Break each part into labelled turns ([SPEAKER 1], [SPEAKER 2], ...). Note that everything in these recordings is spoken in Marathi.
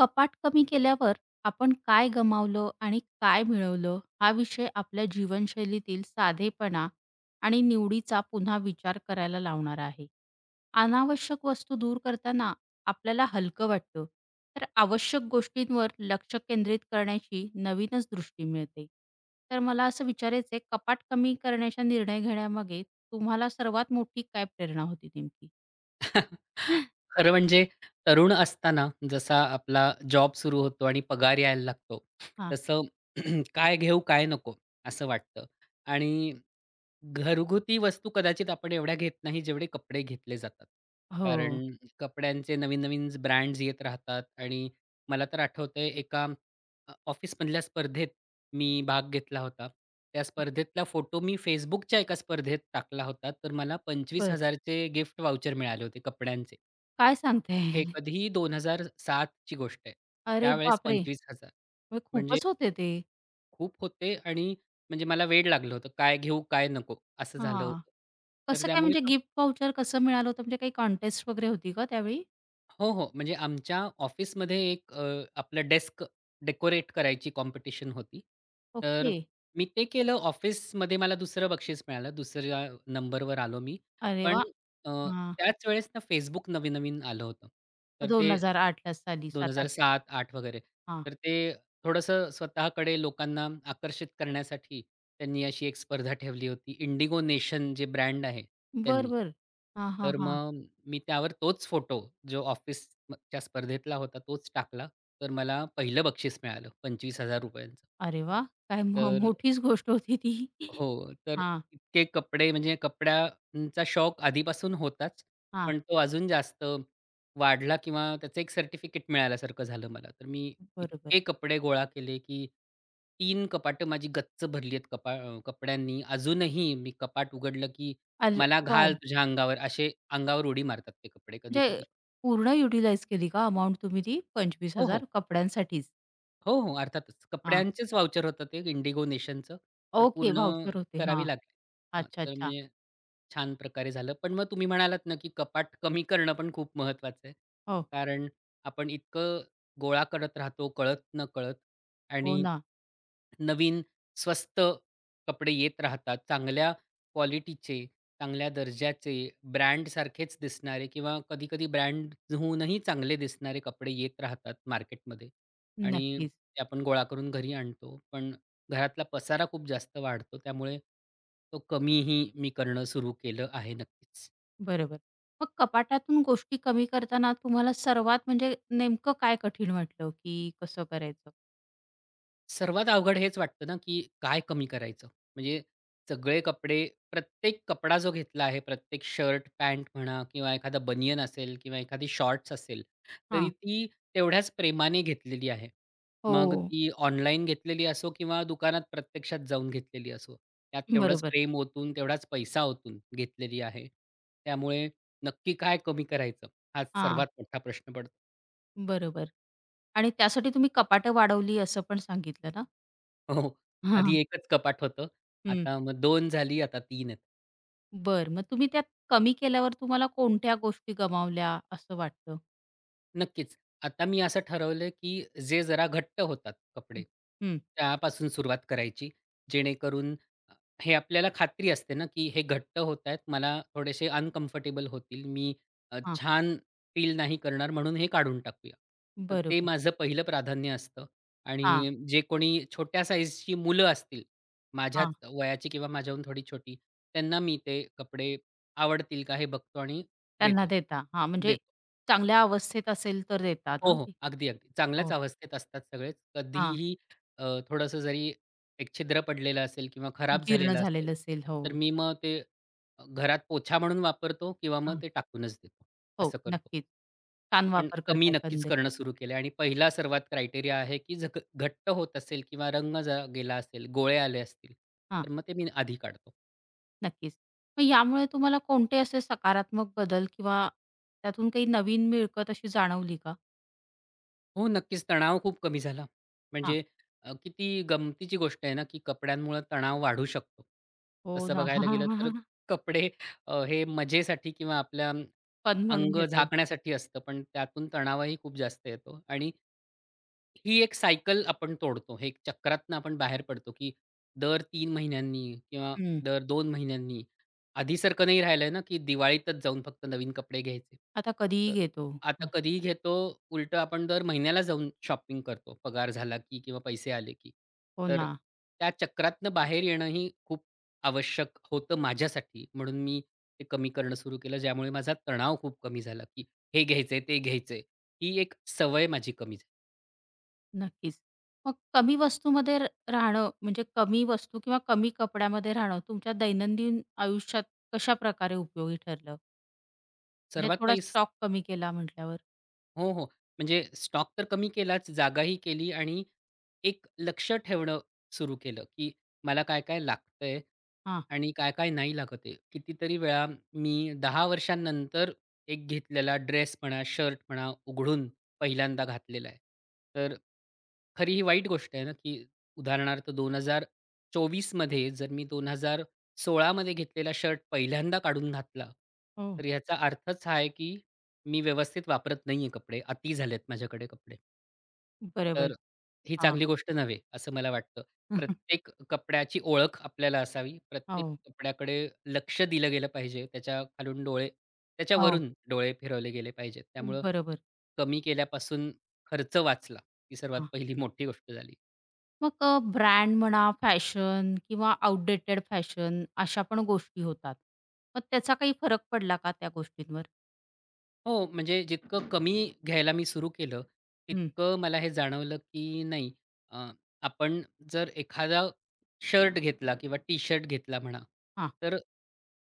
[SPEAKER 1] कपाट कमी केल्यावर आपण काय गमावलं आणि काय मिळवलं हा विषय आपल्या जीवनशैलीतील साधेपणा आणि निवडीचा पुन्हा विचार करायला लावणारा आहे. अनावश्यक वस्तू दूर करताना आपल्याला हलकं वाटतं, तर आवश्यक गोष्टींवर लक्ष केंद्रित करण्याची नवीनच दृष्टी मिळते. तर मला असं विचारायचं आहे, कपाट कमी करण्याचा निर्णय घेण्यामागे तुम्हाला सर्वात मोठी काय प्रेरणा होती नेमकी?
[SPEAKER 2] खरं म्हणजे तरुण असताना जसा आपला जॉब सुरू होतो आणि पगार यायला लागतो,
[SPEAKER 1] हां.
[SPEAKER 2] तसं काय घेऊ, काय नको असं वाटतं आणि घरगुती वस्तू कदाचित आपण एवढ्या घेत नाही जेवढे कपडे घेतले जातात. कारण
[SPEAKER 1] हो.
[SPEAKER 2] कपड्यांचे नवीन-नवीन ब्रँड्स येत राहतात आणि मला तर आठवतंय एका ऑफिसमधल्या स्पर्धेत मी भाग घेतला होता. त्या स्पर्धेतला फोटो मी Facebookच्या एका स्पर्धेत टाकला होता. तर मला
[SPEAKER 1] बरं.
[SPEAKER 2] 25,000 चे गिफ्ट वाउचर मिळाले होते कपड्यांचे.
[SPEAKER 1] काय सांगताय?
[SPEAKER 2] हे कधीही 2007 ची गोष्ट आहे.
[SPEAKER 1] अरे
[SPEAKER 2] त्यावेळेस
[SPEAKER 1] बापरे!
[SPEAKER 2] 25,000
[SPEAKER 1] म्हणजे
[SPEAKER 2] म्हणजे
[SPEAKER 1] खूपच होते ते.
[SPEAKER 2] खूप होते आणि म्हणजे मला वेड लागलं होतं. काय घेऊ, काय नको असं झालं
[SPEAKER 1] हां.
[SPEAKER 2] होतं. तर
[SPEAKER 1] कसं काय
[SPEAKER 2] त्यामुळे
[SPEAKER 1] म्हणजे गिफ्ट व्हाउचर कसं मिळालं होतं? म्हणजे काही कॉन्टेस्ट वगैरे होती का त्यावेळी?
[SPEAKER 2] हो, हो. म्हणजे आमच्या ऑफिसमध्ये एक आपलं डेस्क डेकोरेट करायची कॉम्पिटिशन होती. तर
[SPEAKER 1] ओके.
[SPEAKER 2] मी ते केलं. ऑफिसमध्ये मला दुसरं बक्षीस मिळालं. दुसऱ्या नंबरवर आलो मी.
[SPEAKER 1] अरे
[SPEAKER 2] पण
[SPEAKER 1] वाह!
[SPEAKER 2] अ,
[SPEAKER 1] हां.
[SPEAKER 2] त्याच वेळेस ना Facebook नवीन-नवीन आलं होतं. तर ते
[SPEAKER 1] 2008ला साली 7-8.
[SPEAKER 2] 2007-08 वगैरे.
[SPEAKER 1] हां.
[SPEAKER 2] तर ते थोडंसं स्वतःकडे लोकांना आकर्षित करण्यासाठी त्यांनी अशी एक स्पर्धा ठेवली होती. Indigo Nation जे ब्रँड आहे त्यांनी.
[SPEAKER 1] बरं, बरं. हां, हां,
[SPEAKER 2] तर
[SPEAKER 1] हां.
[SPEAKER 2] मग मी त्यावर तोच फोटो जो ऑफिसच्या स्पर्धेतला होता तोच टाकला. तर मला पहिलं बक्षीस मिळालं ₹25,000.
[SPEAKER 1] अरे वाह! काय
[SPEAKER 2] तर
[SPEAKER 1] मोठीच गोष्ट होती ती.
[SPEAKER 2] हो, तर
[SPEAKER 1] हां,
[SPEAKER 2] इतके कपडे म्हणजे कपड्यांचा शौक आधीपासून होताच.
[SPEAKER 1] हां.
[SPEAKER 2] पण तो अजून जास्त वाढला किंवा त्याचं एक सर्टिफिकेट मिळाल्यासारखं झालं मला. तर मी
[SPEAKER 1] बरोबर.
[SPEAKER 2] इतके कपडे गोळा केले, की 3 कपाटं माझी गच्च भरली आहेत कपड्यांनी. अजूनही मी कपाट उघडलं, की
[SPEAKER 1] अल
[SPEAKER 2] "मला
[SPEAKER 1] वॉव!
[SPEAKER 2] घाल तुझ्या अंगावर" असे अंगावर उडी मारतात ते कपडे
[SPEAKER 1] म्हणजे
[SPEAKER 2] कधी-कधी.
[SPEAKER 1] पूर्ण युटिलाइज केली का अमाउंट तुम्ही ती
[SPEAKER 2] हो, हो.
[SPEAKER 1] 25,000 कपड्यांसाठीच?
[SPEAKER 2] हो, हो. अर्थातच.
[SPEAKER 1] हां.
[SPEAKER 2] कपड्यांचेच वाउचर होतं ते Indigo Nationचं. तर
[SPEAKER 1] ओके
[SPEAKER 2] पूर्ण
[SPEAKER 1] व्हाउचर होते.
[SPEAKER 2] करावी
[SPEAKER 1] हां.
[SPEAKER 2] लागली. हां,
[SPEAKER 1] अच्छा,
[SPEAKER 2] तर
[SPEAKER 1] अच्छा.
[SPEAKER 2] म्हणजे छान प्रकारे झालं. पण मग तुम्ही म्हणालात ना, की कपाट कमी करणं पण खूप महत्वाचं आहे.
[SPEAKER 1] हो.
[SPEAKER 2] कारण आपण इतकं गोळा करत राहतो कळत-नकळत
[SPEAKER 1] हो
[SPEAKER 2] आणि
[SPEAKER 1] ना.
[SPEAKER 2] नवीन स्वस्त कपडे येत राहतात. चांगल्या क्वालिटीचे, चांगल्या दर्जाचे, ब्रँडसारखेच दिसणारे किंवा कधी ब्रँडहूनही चांगले दिसणारे कपडे येत राहतात मार्केटमध्ये आणि
[SPEAKER 1] नक्कीच.
[SPEAKER 2] ते आपण गोळा करून घरी आणतो. पण घरातला पसारा खूप जास्त वाढतो. त्यामुळे तो कमीही मी करणं सुरू केलं आहे नक्कीच.
[SPEAKER 1] बरोबर. मग कपाटातून गोष्टी कमी करताना तुम्हाला सर्वात म्हणजे नेमकं काय कठीण वाटलं, की कसं करायचं?
[SPEAKER 2] सर्वात अवघड हेच वाटतं ना, की काय कमी करायचं? म्हणजे सगळे कपडे प्रत्येक कपडा जो घेतला आहे, प्रत्येक शर्ट, पॅन्ट म्हणा किंवा एखादा बनियन असेल किंवा एखादी शॉर्ट्स असेल, तरी
[SPEAKER 1] हां.
[SPEAKER 2] ती तेवढ्याच प्रेमाने घेतलेली आहे. मग
[SPEAKER 1] हो.
[SPEAKER 2] ती ऑनलाईन घेतलेली असो किंवा दुकानात प्रत्यक्षात जाऊन घेतलेली असो. त्यात तेवढंच
[SPEAKER 1] बरोबर.
[SPEAKER 2] प्रेम ओतून, तेवढाच पैसा ओतून घेतलेली आहे. त्यामुळे नक्की काय कमी करायचं? हाच
[SPEAKER 1] हां.
[SPEAKER 2] सर्वात मोठा प्रश्न पडतो.
[SPEAKER 1] बरोबर. आणि त्यासाठी तुम्ही कपाटं वाढवली असं पण सांगितलं ना?
[SPEAKER 2] हो. आधी
[SPEAKER 1] हां.
[SPEAKER 2] एकच कपाट होतं.
[SPEAKER 1] हं.
[SPEAKER 2] आता मग 2 झाली, आता 3 आहेत.
[SPEAKER 1] बरं. मग तुम्ही त्यात कमी केल्यावर तुम्हाला कोणत्या गोष्टी गमावल्या असं वाटतं?
[SPEAKER 2] नक्कीच. आता मी असं ठरवलंय, की जे जरा घट्ट होतात कपडे,
[SPEAKER 1] हं.
[SPEAKER 2] त्यापासून सुरुवात करायची. जेणेकरून अ, हे आपल्याला खात्री असते ना, की हे घट्ट होतायत, मला थोडेसे अनकम्फर्टेबल होतील, मी
[SPEAKER 1] हां.
[SPEAKER 2] छान फील नाही करणार म्हणून हे काढून टाकूया. तर ते
[SPEAKER 1] बरोबर.
[SPEAKER 2] माझं पहिलं प्राधान्य असतं
[SPEAKER 1] हां,
[SPEAKER 2] आणि जे कोणी छोट्या साईजची मुलं असतील, माझ्याच
[SPEAKER 1] हां.
[SPEAKER 2] वयाची किंवा माझ्याहून थोडी छोटी, त्यांना मी ते कपडे आवडतील का हे बघतो आणि
[SPEAKER 1] त्यांना
[SPEAKER 2] देतो.
[SPEAKER 1] देता. हां, म्हणजे
[SPEAKER 2] देतो.
[SPEAKER 1] चांगल्या अवस्थेत असेल तर देतात
[SPEAKER 2] हो,
[SPEAKER 1] हां
[SPEAKER 2] हो.
[SPEAKER 1] ते?
[SPEAKER 2] अगदी, अगदी. चांगल्याच
[SPEAKER 1] हो.
[SPEAKER 2] अवस्थेत असतात सगळेच.
[SPEAKER 1] हां.
[SPEAKER 2] कधीही अ, थोडंसं जरी एक छिद्र पडलेलं असेल किंवा खराब
[SPEAKER 1] जीर्ण
[SPEAKER 2] झालेलं असेल,
[SPEAKER 1] झालेलं असेल. हो.
[SPEAKER 2] तर मी मग ते घरात पोछा म्हणून वापरतो किंवा मग ते टाकूनच देतो.
[SPEAKER 1] हो,
[SPEAKER 2] असं करतो.
[SPEAKER 1] नक्कीच. छान
[SPEAKER 2] पण
[SPEAKER 1] वापर
[SPEAKER 2] कमी
[SPEAKER 1] करता
[SPEAKER 2] नक्कीच
[SPEAKER 1] एकंदरीत.
[SPEAKER 2] करणं सुरू केलं आणि पहिला सर्वात क्रायटेरिया आहे, की जर घट्ट होत असेल किंवा रंग जरा गेला असेल, गोळे आले असतील,
[SPEAKER 1] हां,
[SPEAKER 2] तर मग ते मी आधी काढतो.
[SPEAKER 1] नक्कीच. मग यामुळे तुम्हाला कोणते असे सकारात्मक बदल किंवा त्यातून काही नवीन मिळकत अशी जाणवली का?
[SPEAKER 2] हो, नक्कीच तणाव खूप कमी झाला.
[SPEAKER 1] हां.
[SPEAKER 2] म्हणजे किती गमतीची गोष्ट आहे ना, की कपड्यांमुळं तणाव वाढू शकतो.
[SPEAKER 1] हो
[SPEAKER 2] तसं
[SPEAKER 1] ना.
[SPEAKER 2] बघायला गेलं तर कपडे हे मजेसाठी किंवा आपल्या
[SPEAKER 1] फन म्हणून
[SPEAKER 2] अंग
[SPEAKER 1] घेतो.
[SPEAKER 2] झाकण्यासाठी असतं, पण त्यातून तणावही खूप जास्त येतो आणि ही एक सायकल आपण तोडतो. हे एक चक्रातनं आपण बाहेर पडतो, की दर 3 महिन्यांनी किंवा
[SPEAKER 1] हं.
[SPEAKER 2] दर 2 महिन्यांनी आधीसारखं नाही राहिलंय ना, की दिवाळीतच जाऊन फक्त नवीन कपडे घ्यायचे.
[SPEAKER 1] आता कधीही
[SPEAKER 2] तर
[SPEAKER 1] घेतो.
[SPEAKER 2] आता
[SPEAKER 1] हं.
[SPEAKER 2] कधीही घेतो, उलटं आपण दर महिन्याला जाऊन शॉपिंग करतो, पगार झाला की किंवा पैसे आले की.
[SPEAKER 1] हो
[SPEAKER 2] तर
[SPEAKER 1] ना,
[SPEAKER 2] त्या चक्रातनं बाहेर येणं ही खूप आवश्यक होतं माझ्यासाठी. म्हणून मी ते कमी करणं सुरू केलं, ज्यामुळे माझा तणाव खूप कमी झाला, की हे घ्यायचंय, ते घ्यायचंय. ही एक सवय माझी कमी झाली.
[SPEAKER 1] नक्कीच. मग कमी वस्तूमध्ये राहणं म्हणजे कमी वस्तू किंवा कमी कपड्यामध्ये राहणं तुमच्या दैनंदिन आयुष्यात कशाप्रकारे उपयोगी ठरलं? म्हणजे
[SPEAKER 2] सर्वात
[SPEAKER 1] थोडा
[SPEAKER 2] पैस
[SPEAKER 1] स्टॉक कमी केला म्हटल्यावर?
[SPEAKER 2] हो, हो. म्हणजे स्टॉक तर कमी केलाच, जागाही केली आणि एक लक्ष ठेवणं सुरू केलं, की मला काय-काय लागतंय
[SPEAKER 1] हां.
[SPEAKER 2] आणि काय-काय नाही लागत आहे. कितीतरी वेळा मी 10 वर्षांनंतर एक घेतलेला ड्रेस म्हणा, शर्ट म्हणा, उघडून पहिल्यांदा घातलेला आहे. तर खरी ही वाईट गोष्ट आहे ना, की उदाहरणार्थ 2024 मध्ये जर मी 2016 मध्ये घेतलेला शर्ट पहिल्यांदा काढून घातला,
[SPEAKER 1] हो,
[SPEAKER 2] तर ह्याचा अर्थच हा आहे, की मी व्यवस्थित वापरत नाहीये कपडे. अति झालेत माझ्याकडे कपडे.
[SPEAKER 1] बरोबर.
[SPEAKER 2] तर ही
[SPEAKER 1] हां.
[SPEAKER 2] चांगली गोष्ट नव्हे, असं मला वाटतं. प्रत्येक कपड्याची ओळख आपल्याला असावी. प्रत्येक
[SPEAKER 1] हो.
[SPEAKER 2] कपड्याकडे लक्ष दिलं गेलं पाहिजे. त्याच्या खालून डोळे
[SPEAKER 1] हो.
[SPEAKER 2] त्याच्यावरून डोळे फिरवले गेले पाहिजेत. त्यामुळं
[SPEAKER 1] बरोबर.
[SPEAKER 2] कमी केल्यापासून खर्च वाचला. ही सर्वात
[SPEAKER 1] हां.
[SPEAKER 2] पहिली मोठी गोष्ट झाली.
[SPEAKER 1] मग ब्रँड म्हणा, फॅशन किंवा आउटडेटेड फॅशन अशा पण गोष्टी होतात. मग त्याचा काही फरक पडला का त्या गोष्टींवर?
[SPEAKER 2] हो, म्हणजे जितकं कमी घ्यायला मी सुरू केलं,
[SPEAKER 1] हं.
[SPEAKER 2] तितकं मला हे जाणवलं, की नाही अ, आपण जर एखादा शर्ट घेतला किंवा टी-शर्ट घेतला म्हणा,
[SPEAKER 1] हां.
[SPEAKER 2] तर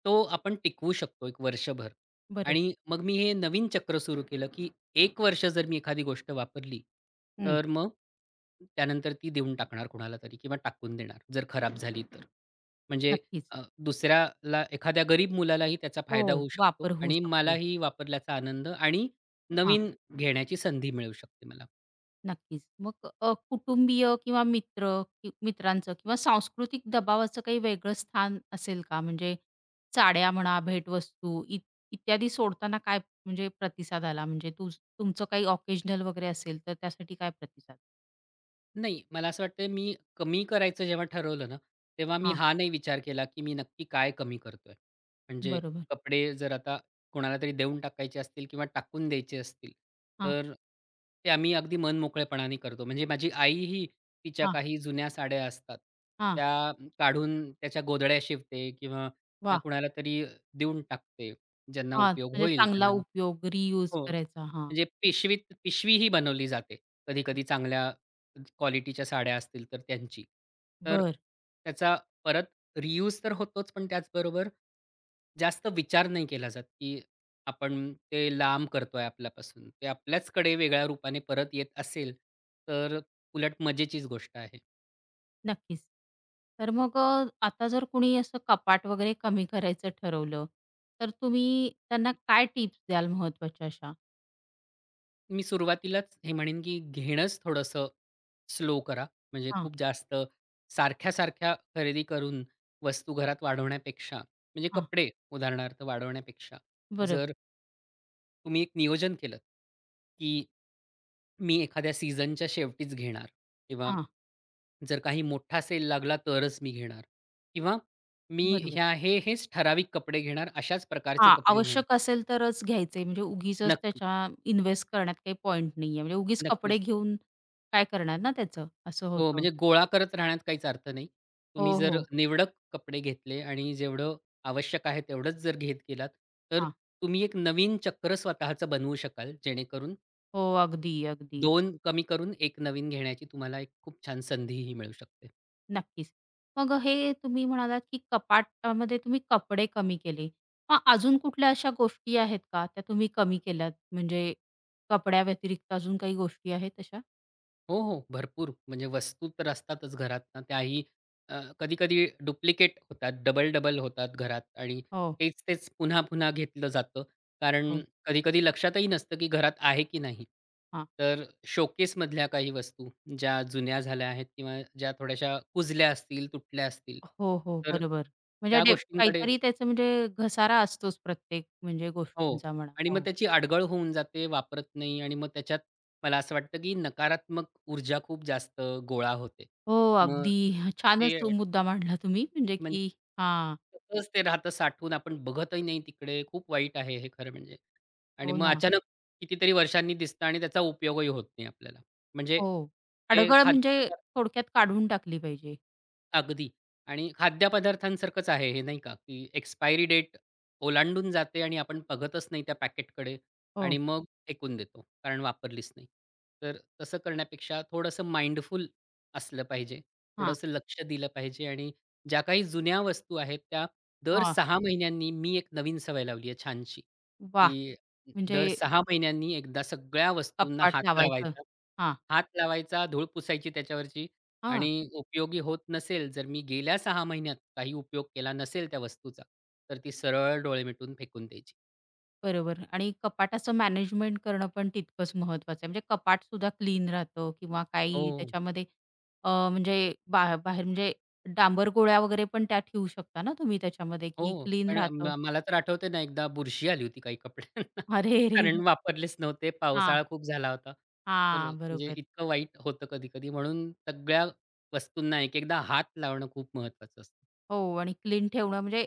[SPEAKER 2] तो आपण टिकवू शकतो एक वर्षभर.
[SPEAKER 1] बरोबर.
[SPEAKER 2] आणि मग मी हे नवीन चक्र सुरू केलं, की 1 वर्ष जर मी एखादी गोष्ट वापरली,
[SPEAKER 1] हं.
[SPEAKER 2] तर मग त्यानंतर ती देऊन टाकणार कोणाला तरी किंवा टाकून देणार, जर खराब झाली तर. म्हणजे
[SPEAKER 1] नक्कीच.
[SPEAKER 2] अ, दुसऱ्याला एखाद्या गरीब मुलालाही त्याचा
[SPEAKER 1] हो.
[SPEAKER 2] फायदा होऊ शकतो
[SPEAKER 1] वापर होऊ
[SPEAKER 2] आणि
[SPEAKER 1] शकतो.
[SPEAKER 2] मलाही वापरल्याचा आनंद आणि नवीन घेण्याची संधी मिळू शकते मला.
[SPEAKER 1] नक्कीच. मग कुटुंबीय किंवा मित्रांचं किंवा सांस्कृतिक दबावाचं काही वेगळं स्थान असेल का? म्हणजे साड्या म्हणा, भेटवस्तू इत्यादी सोडताना काय म्हणजे प्रतिसाद आला? म्हणजे तुमचं काही ऑकेजनल वगैरे असेल, तर त्यासाठी काय प्रतिसाद?
[SPEAKER 2] नाही, मला असं वाटतं मी कमी करायचं जेव्हा ठरवलं ना, तेव्हा मी
[SPEAKER 1] हां,
[SPEAKER 2] हा नाही विचार केला, की मी नक्की काय कमी करतोय. म्हणजे
[SPEAKER 1] बरोबर.
[SPEAKER 2] कपडे जर आता कोणाला तरी देऊन टाकायचे असतील किंवा टाकून द्यायचे असतील,
[SPEAKER 1] हां,
[SPEAKER 2] तर ते आम्ही अगदी मनमोकळेपणाने करतो. म्हणजे माझी आईही तिच्या
[SPEAKER 1] हां,
[SPEAKER 2] काही जुन्या साड्या असतात,
[SPEAKER 1] हां.
[SPEAKER 2] त्या काढून त्याच्या गोधड्या शिवते किंवा त्या
[SPEAKER 1] वाह!
[SPEAKER 2] कुणाला तरी देऊन टाकते. ज्यांना
[SPEAKER 1] हां,
[SPEAKER 2] उपयोग
[SPEAKER 1] म्हणजे
[SPEAKER 2] होईल
[SPEAKER 1] चांगला
[SPEAKER 2] त्यांना
[SPEAKER 1] उपयोग, रियूज
[SPEAKER 2] हो.
[SPEAKER 1] करायचा. हां,
[SPEAKER 2] म्हणजे पिशवीत पिशवीही बनवली जाते. कधी-कधी चांगल्या क्वालिटीच्या साड्या असतील तर त्यांची. तर
[SPEAKER 1] बरं.
[SPEAKER 2] त्याचा परत रियूज तर होतोच, पण त्याचबरोबर जास्त विचार नाही केला जात, की आपण ते लांब करतोय आपल्यापासून. ते आपल्याचकडे वेगळ्या रूपाने परत येत असेल, तर उलट मजेचीच गोष्ट आहे.
[SPEAKER 1] नक्कीच. तर मग आता जर कुणी असं कपाट वगैरे कमी करायचं ठरवलं, तर तुम्ही त्यांना काय टिप्स द्याल महत्वाच्या अशा?
[SPEAKER 2] मी सुरुवातीलाच हे म्हणेन, की घेणंच थोडंसं स्लो करा. म्हणजे
[SPEAKER 1] हां,
[SPEAKER 2] खूप जास्त सारख्या-सारख्या खरेदी करून वस्तू घरात वाढवण्यापेक्षा म्हणजे
[SPEAKER 1] हां.
[SPEAKER 2] कपडे उदाहरणार्थ वाढवण्यापेक्षा
[SPEAKER 1] बरोबर.
[SPEAKER 2] जर तुम्ही एक नियोजन केलंत, की मी एखाद्या सीझनच्या शेवटीच घेणार किंवा
[SPEAKER 1] हां,
[SPEAKER 2] जर काही मोठा सेल लागला तरच मी घेणार किंवा मी
[SPEAKER 1] बरोबर.
[SPEAKER 2] ह्या हे हेच ठराविक कपडे घेणार, अशाच प्रकारचे
[SPEAKER 1] हां,
[SPEAKER 2] कपडे घेणार.
[SPEAKER 1] आवश्यक असेल तरच घ्यायचे म्हणजे उगीचच
[SPEAKER 2] नक्कीच,
[SPEAKER 1] त्याच्या इन्व्हेस्ट करण्यात काही पॉइंट नाहीये. म्हणजे उगीच कपडे
[SPEAKER 2] नक्कीच.
[SPEAKER 1] घेऊन काय करणार ना त्याचं? असं
[SPEAKER 2] हो,
[SPEAKER 1] होतं.
[SPEAKER 2] म्हणजे गोळा करत राहण्यात काहीच अर्थ नाही.
[SPEAKER 1] हो,
[SPEAKER 2] तुम्ही जर
[SPEAKER 1] हो.
[SPEAKER 2] निवडक कपडे घेतले आणि जेवढं आवश्यक आहे तेवढंच जर घेत गेलात, तर
[SPEAKER 1] हां.
[SPEAKER 2] तुम्ही एक नवीन चक्र स्वतःचं बनवू शकाल जेणेकरून
[SPEAKER 1] हो, अगदी, अगदी.
[SPEAKER 2] दोन कमी करून एक नवीन घेण्याची तुम्हाला एक खूप छान संधीही मिळू शकते.
[SPEAKER 1] नक्कीच. मग हे तुम्ही म्हणालात, की कपाटामध्ये तुम्ही कपडे कमी केले. मग अजून कुठल्या अशा गोष्टी आहेत का, त्या तुम्ही कमी केल्यात? म्हणजे कपड्याव्यतिरिक्त अजून काही गोष्टी आहेत अशा?
[SPEAKER 2] हो, हो. भरपूर म्हणजे वस्तू तर असतातच घरात ना, त्याही कधी-कधी डुप्लिकेट होतात, डबल-डबल होतात घरात आणि
[SPEAKER 1] हो,
[SPEAKER 2] तेच-तेच पुन्हा-पुन्हा घेतलं जातं. कारण
[SPEAKER 1] हो.
[SPEAKER 2] कधी-कधी लक्षातही नसतं, की घरात आहे की नाही?
[SPEAKER 1] हां.
[SPEAKER 2] तर शोकेसमधल्या काही वस्तू ज्या जुन्या झाल्या आहेत किंवा ज्या थोड्याशा कुजल्या असतील, तुटल्या असतील,
[SPEAKER 1] हो, हो.
[SPEAKER 2] तर
[SPEAKER 1] बरोबर. म्हणजे
[SPEAKER 2] त्या गोष्टींकडे
[SPEAKER 1] काहीतरी त्याचं म्हणजे घसारा असतोच प्रत्येक म्हणजे
[SPEAKER 2] हो.
[SPEAKER 1] गोष्टींचा म्हणा.
[SPEAKER 2] आणि मग
[SPEAKER 1] हो.
[SPEAKER 2] त्याची अडगळ होऊन जाते, वापरत नाही आणि मग त्याच्यात मला असं वाटतं, की नकारात्मक ऊर्जा खूप जास्त गोळा होते.
[SPEAKER 1] हो,
[SPEAKER 2] मग
[SPEAKER 1] अगदी
[SPEAKER 2] ते
[SPEAKER 1] छानच तो मुद्दा मांडला तुम्ही म्हणजे
[SPEAKER 2] म्हणजे
[SPEAKER 1] की हां.
[SPEAKER 2] तसंच ते राहतं साठवून आपण बघतही नाही तिकडे. खूप वाईट आहे हे खरं म्हणजे. आणि
[SPEAKER 1] हो
[SPEAKER 2] मग
[SPEAKER 1] ना.
[SPEAKER 2] अचानक कितीतरी वर्षांनी दिसतं आणि त्याचा उपयोगही होत नाही आपल्याला. म्हणजे
[SPEAKER 1] हो.
[SPEAKER 2] ते
[SPEAKER 1] अडगळ म्हणजे
[SPEAKER 2] खाद्यपदार्थ
[SPEAKER 1] थोडक्यात काढून टाकली पाहिजे.
[SPEAKER 2] अगदी आणि खाद्यपदार्थांसारखंच आहे हे, नाही का, की एक्सपायरी डेट ओलांडून जाते आणि आपण बघतच नाही त्या पॅकेटकडे
[SPEAKER 1] हो.
[SPEAKER 2] आणि मग फेकून देतो, कारण वापरलीच नाही. तर तसं करण्यापेक्षा थोडंसं माइंडफुल असलं पाहिजे,
[SPEAKER 1] हां,
[SPEAKER 2] थोडंसं लक्ष दिलं पाहिजे आणि ज्या काही जुन्या वस्तू आहेत, त्या दर
[SPEAKER 1] हां.
[SPEAKER 2] 6 महिन्यांनी मी एक नवीन सवय लावली आहे छानशी,
[SPEAKER 1] वाह!
[SPEAKER 2] की
[SPEAKER 1] म्हणजे
[SPEAKER 2] दर 6 महिन्यांनी एकदा सगळ्या वस्तूंना
[SPEAKER 1] कपाट
[SPEAKER 2] हात
[SPEAKER 1] लावायचं.
[SPEAKER 2] लावायचा.
[SPEAKER 1] हां,
[SPEAKER 2] हात लावायचा, धूळ पुसायची त्याच्यावरची
[SPEAKER 1] हां,
[SPEAKER 2] आणि उपयोगी होत नसेल, जर मी गेल्या 6 महिन्यात काही उपयोग केला नसेल त्या वस्तूचा, तर ती सरळ डोळे मिटून फेकून द्यायची.
[SPEAKER 1] बरोबर आणि कपाटाचं मॅनेजमेंट करणं पण तितकंच महत्वाचं आहे. म्हणजे कपाटसुद्धा क्लीन राहतं किंवा काही
[SPEAKER 2] हो,
[SPEAKER 1] त्याच्यामध्ये म्हणजे बाहेर म्हणजे डांबर गोळ्या वगैरे पण त्या ठेवू शकता ना तुम्ही त्याच्यामध्ये की
[SPEAKER 2] हो.
[SPEAKER 1] क्लीन
[SPEAKER 2] पण
[SPEAKER 1] राहतं.
[SPEAKER 2] मला तर आठवतंय ना, एकदा बुरशी आली होती काही कपड्यांना.
[SPEAKER 1] अरे रे!
[SPEAKER 2] कारण वापरलेच नव्हते.
[SPEAKER 1] हां,
[SPEAKER 2] पावसाळा खूप झाला होता. तर
[SPEAKER 1] हां,
[SPEAKER 2] म्हणजे
[SPEAKER 1] बरोबर.
[SPEAKER 2] इतकं वाईट होतं कधी-कधी म्हणून सगळ्या वस्तूंना एक-एकदा हात लावणं खूप महत्वाचं असतं.
[SPEAKER 1] हो आणि क्लीन ठेवणं म्हणजे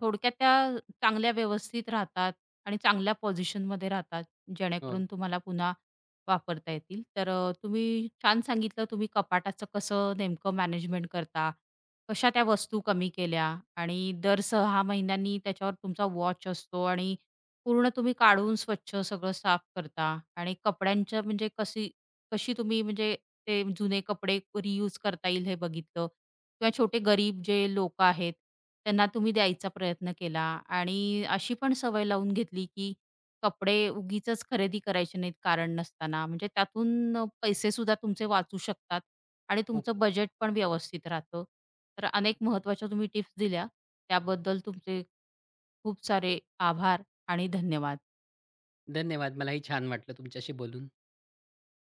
[SPEAKER 1] थोडक्यात त्या चांगल्या व्यवस्थित राहतात आणि चांगल्या पोझिशनमध्ये राहतात,
[SPEAKER 2] हो,
[SPEAKER 1] जेणेकरून तुम्हाला पुन्हा वापरता येतील. तर तुम्ही छान सांगितलं तुम्ही कपाटाचं कसं नेमकं मॅनेजमेंट करता, कशा त्या वस्तू कमी केल्या आणि दर 6 महिन्यांनी त्याच्यावर तुमचा वॉच असतो आणि पूर्ण तुम्ही काढून स्वच्छ सगळं साफ करता आणि कपड्यांच्या म्हणजे कशी कशी तुम्ही म्हणजे ते जुने कपडे रियूज करता येईल हे बघितलं किंवा छोटे गरीब जे लोक आहेत त्यांना तुम्ही द्यायचा प्रयत्न केला आणि अशी पण सवय लावून घेतली की कपडे उगीचच खरेदी करायचे नाहीत कारण नसताना म्हणजे त्यातून पैसे सुद्धा तुमचे वाचू शकतात आणि
[SPEAKER 2] खूप
[SPEAKER 1] तुमचं बजेट पण व्यवस्थित राहतं तर अनेक महत्त्वाच्या तुम्ही टिप्स दिल्या त्याबद्दल तुमचे खूप सारे आभार आणि धन्यवाद
[SPEAKER 2] धन्यवाद. मलाही छान वाटलं तुमच्याशी बोलून.